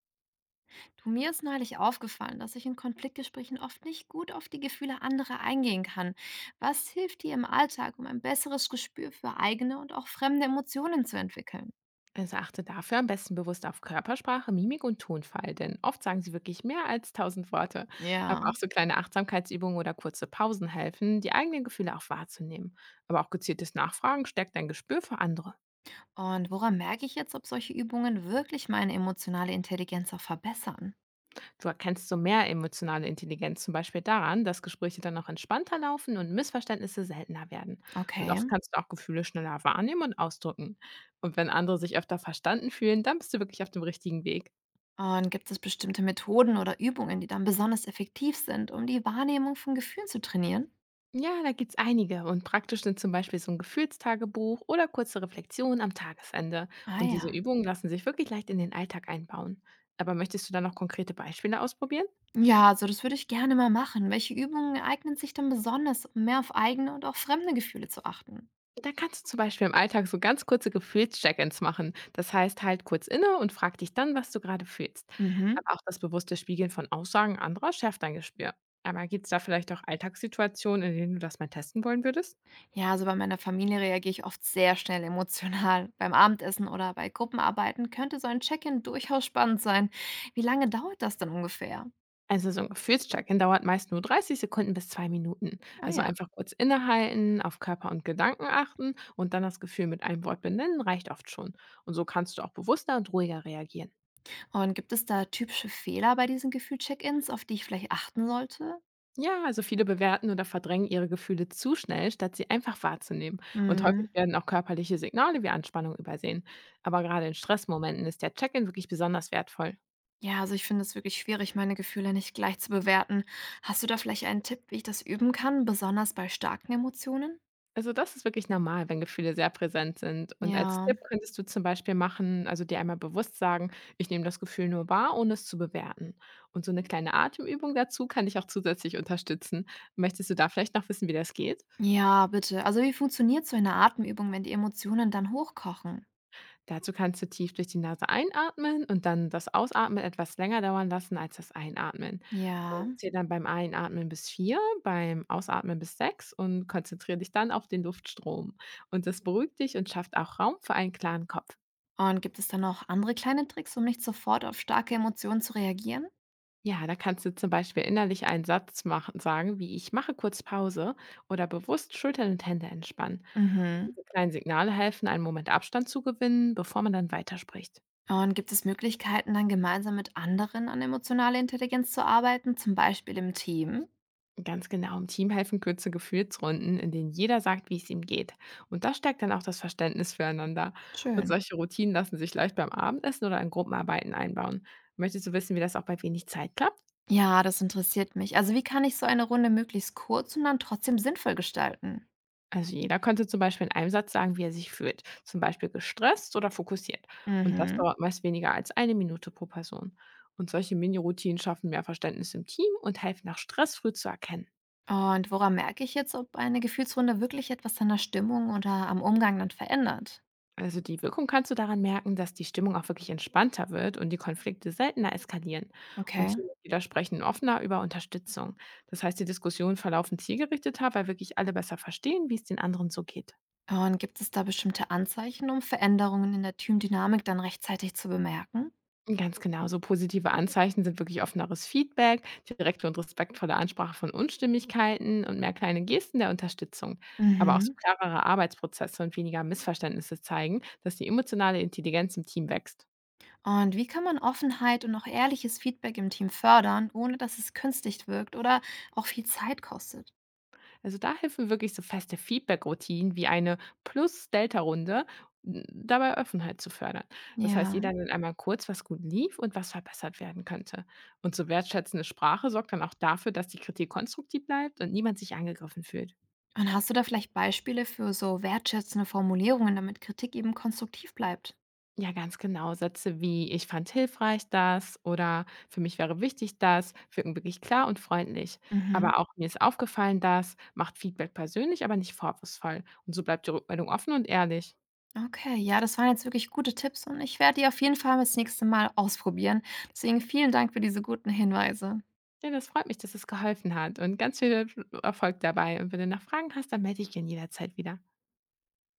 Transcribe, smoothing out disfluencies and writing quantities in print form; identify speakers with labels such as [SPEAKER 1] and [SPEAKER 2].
[SPEAKER 1] Du, mir ist neulich aufgefallen, dass ich in Konfliktgesprächen oft nicht gut auf die Gefühle anderer eingehen kann. Was hilft dir im Alltag, um ein besseres Gespür für eigene und auch fremde Emotionen zu entwickeln?
[SPEAKER 2] Also achte dafür am besten bewusst auf Körpersprache, Mimik und Tonfall, denn oft sagen sie wirklich mehr als tausend Worte.
[SPEAKER 1] Ja.
[SPEAKER 2] Aber auch so kleine Achtsamkeitsübungen oder kurze Pausen helfen, die eigenen Gefühle auch wahrzunehmen. Aber auch gezieltes Nachfragen stärkt dein Gespür für andere.
[SPEAKER 1] Und woran merke ich jetzt, ob solche Übungen wirklich meine emotionale Intelligenz auch verbessern?
[SPEAKER 2] Du erkennst so mehr emotionale Intelligenz zum Beispiel daran, dass Gespräche dann auch entspannter laufen und Missverständnisse seltener werden. Und
[SPEAKER 1] Okay.
[SPEAKER 2] oft kannst du auch Gefühle schneller wahrnehmen und ausdrücken. Und wenn andere sich öfter verstanden fühlen, dann bist du wirklich auf dem richtigen Weg.
[SPEAKER 1] Und gibt es bestimmte Methoden oder Übungen, die dann besonders effektiv sind, um die Wahrnehmung von Gefühlen zu trainieren?
[SPEAKER 2] Ja, da gibt's einige. Und praktisch sind zum Beispiel so ein Gefühlstagebuch oder kurze Reflexionen am Tagesende.
[SPEAKER 1] Ah
[SPEAKER 2] Und diese
[SPEAKER 1] ja.
[SPEAKER 2] Übungen lassen sich wirklich leicht in den Alltag einbauen. Aber möchtest du da noch konkrete Beispiele ausprobieren?
[SPEAKER 1] Ja, also das würde ich gerne mal machen. Welche Übungen eignen sich denn besonders, um mehr auf eigene und auch fremde Gefühle zu achten?
[SPEAKER 2] Da kannst du zum Beispiel im Alltag so ganz kurze Gefühls-Check-ins machen. Das heißt, halt kurz inne und frag dich dann, was du gerade fühlst.
[SPEAKER 1] Mhm.
[SPEAKER 2] Aber auch das bewusste Spiegeln von Aussagen anderer schärft dein Gespür. Aber gibt's da vielleicht auch Alltagssituationen, in denen du das mal testen wollen würdest?
[SPEAKER 1] Ja, also bei meiner Familie reagiere ich oft sehr schnell emotional. Beim Abendessen oder bei Gruppenarbeiten könnte so ein Check-in durchaus spannend sein. Wie lange dauert das denn ungefähr?
[SPEAKER 2] Also, so ein Gefühlscheck-in dauert meist nur 30 Sekunden bis 2 Minuten.
[SPEAKER 1] Ah
[SPEAKER 2] Also,
[SPEAKER 1] ja.
[SPEAKER 2] einfach kurz innehalten, auf Körper und Gedanken achten und dann das Gefühl mit einem Wort benennen, reicht oft schon. Und so kannst du auch bewusster und ruhiger reagieren.
[SPEAKER 1] Und gibt es da typische Fehler bei diesen Gefühl-Check-ins, auf die ich vielleicht achten sollte?
[SPEAKER 2] Ja, also viele bewerten oder verdrängen ihre Gefühle zu schnell, statt sie einfach wahrzunehmen. Und
[SPEAKER 1] Hm.
[SPEAKER 2] häufig werden auch körperliche Signale wie Anspannung übersehen. Aber gerade in Stressmomenten ist der Check-in wirklich besonders wertvoll.
[SPEAKER 1] Ja, also ich finde es wirklich schwierig, meine Gefühle nicht gleich zu bewerten. Hast du da vielleicht einen Tipp, wie ich das üben kann, besonders bei starken Emotionen?
[SPEAKER 2] Also, das ist wirklich normal, wenn Gefühle sehr präsent sind. Und als
[SPEAKER 1] Ja.
[SPEAKER 2] Tipp könntest du zum Beispiel machen, also dir einmal bewusst sagen, ich nehme das Gefühl nur wahr, ohne es zu bewerten. Und so eine kleine Atemübung dazu kann dich auch zusätzlich unterstützen. Möchtest du da vielleicht noch wissen, wie das geht?
[SPEAKER 1] Ja, bitte. Also, wie funktioniert so eine Atemübung, wenn die Emotionen dann hochkochen?
[SPEAKER 2] Dazu kannst du tief durch die Nase einatmen und dann das Ausatmen etwas länger dauern lassen als das Einatmen.
[SPEAKER 1] Ja.
[SPEAKER 2] Und zähl dann beim Einatmen bis 4, beim Ausatmen bis 6 und konzentriere dich dann auf den Luftstrom. Und das beruhigt dich und schafft auch Raum für einen klaren Kopf.
[SPEAKER 1] Und gibt es dann noch andere kleine Tricks, um nicht sofort auf starke Emotionen zu reagieren?
[SPEAKER 2] Ja, da kannst du zum Beispiel innerlich einen Satz machen, sagen, wie ich mache kurz Pause oder bewusst Schultern und Hände entspannen. Und
[SPEAKER 1] Mhm.
[SPEAKER 2] diese kleinen Signale helfen, einen Moment Abstand zu gewinnen, bevor man dann weiterspricht.
[SPEAKER 1] Und gibt es Möglichkeiten, dann gemeinsam mit anderen an emotionaler Intelligenz zu arbeiten, zum Beispiel im Team?
[SPEAKER 2] Ganz genau, im Team helfen kurze Gefühlsrunden, in denen jeder sagt, wie es ihm geht. Und das stärkt dann auch das Verständnis füreinander. Und
[SPEAKER 1] Schön.
[SPEAKER 2] solche Routinen lassen sich leicht beim Abendessen oder in Gruppenarbeiten einbauen. Möchtest du wissen, wie das auch bei wenig Zeit klappt?
[SPEAKER 1] Ja, das interessiert mich. Also, wie kann ich so eine Runde möglichst kurz und dann trotzdem sinnvoll gestalten?
[SPEAKER 2] Also jeder könnte zum Beispiel in einem Satz sagen, wie er sich fühlt, zum Beispiel gestresst oder fokussiert. Und das
[SPEAKER 1] Mhm.
[SPEAKER 2] dauert meist weniger als 1 Minute pro Person. Und solche Mini-Routinen schaffen mehr Verständnis im Team und helfen nach Stress früh zu erkennen.
[SPEAKER 1] Und woran merke ich jetzt, ob eine Gefühlsrunde wirklich etwas an der Stimmung oder am Umgang dann verändert?
[SPEAKER 2] Also die Wirkung kannst du daran merken, dass die Stimmung auch wirklich entspannter wird und die Konflikte seltener eskalieren. Und
[SPEAKER 1] Okay.
[SPEAKER 2] Teammitglieder sprechen offener über Unterstützung. Das heißt, die Diskussionen verlaufen zielgerichteter, weil wirklich alle besser verstehen, wie es den anderen so geht.
[SPEAKER 1] Und gibt es da bestimmte Anzeichen, um Veränderungen in der Teamdynamik dann rechtzeitig zu bemerken?
[SPEAKER 2] Ganz genau, so positive Anzeichen sind wirklich offeneres Feedback, direkte und respektvolle Ansprache von Unstimmigkeiten und mehr kleine Gesten der Unterstützung. Aber auch
[SPEAKER 1] Mhm.
[SPEAKER 2] so klarere Arbeitsprozesse und weniger Missverständnisse zeigen, dass die emotionale Intelligenz im Team wächst.
[SPEAKER 1] Und wie kann man Offenheit und auch ehrliches Feedback im Team fördern, ohne dass es künstlich wirkt oder auch viel Zeit kostet?
[SPEAKER 2] Also da helfen wirklich so feste Feedback-Routinen wie eine Plus-Delta-Runde, dabei Offenheit zu fördern. Das heißt,
[SPEAKER 1] Ja.
[SPEAKER 2] jeder nennt einmal kurz, was gut lief und was verbessert werden könnte. Und so wertschätzende Sprache sorgt dann auch dafür, dass die Kritik konstruktiv bleibt und niemand sich angegriffen fühlt.
[SPEAKER 1] Und hast du da vielleicht Beispiele für so wertschätzende Formulierungen, damit Kritik eben konstruktiv bleibt?
[SPEAKER 2] Ja, ganz genau. Sätze wie ich fand hilfreich das oder für mich wäre wichtig das wirken wirklich klar und freundlich.
[SPEAKER 1] Mhm.
[SPEAKER 2] Aber auch mir ist aufgefallen das macht Feedback persönlich, aber nicht vorwurfsvoll. Und so bleibt die Rückmeldung offen und ehrlich.
[SPEAKER 1] Okay, ja, das waren jetzt wirklich gute Tipps und ich werde die auf jeden Fall das nächste Mal ausprobieren. Deswegen vielen Dank für diese guten Hinweise.
[SPEAKER 2] Ja, das freut mich, dass es geholfen hat und ganz viel Erfolg dabei. Und wenn du noch Fragen hast, dann melde dich gerne jederzeit wieder.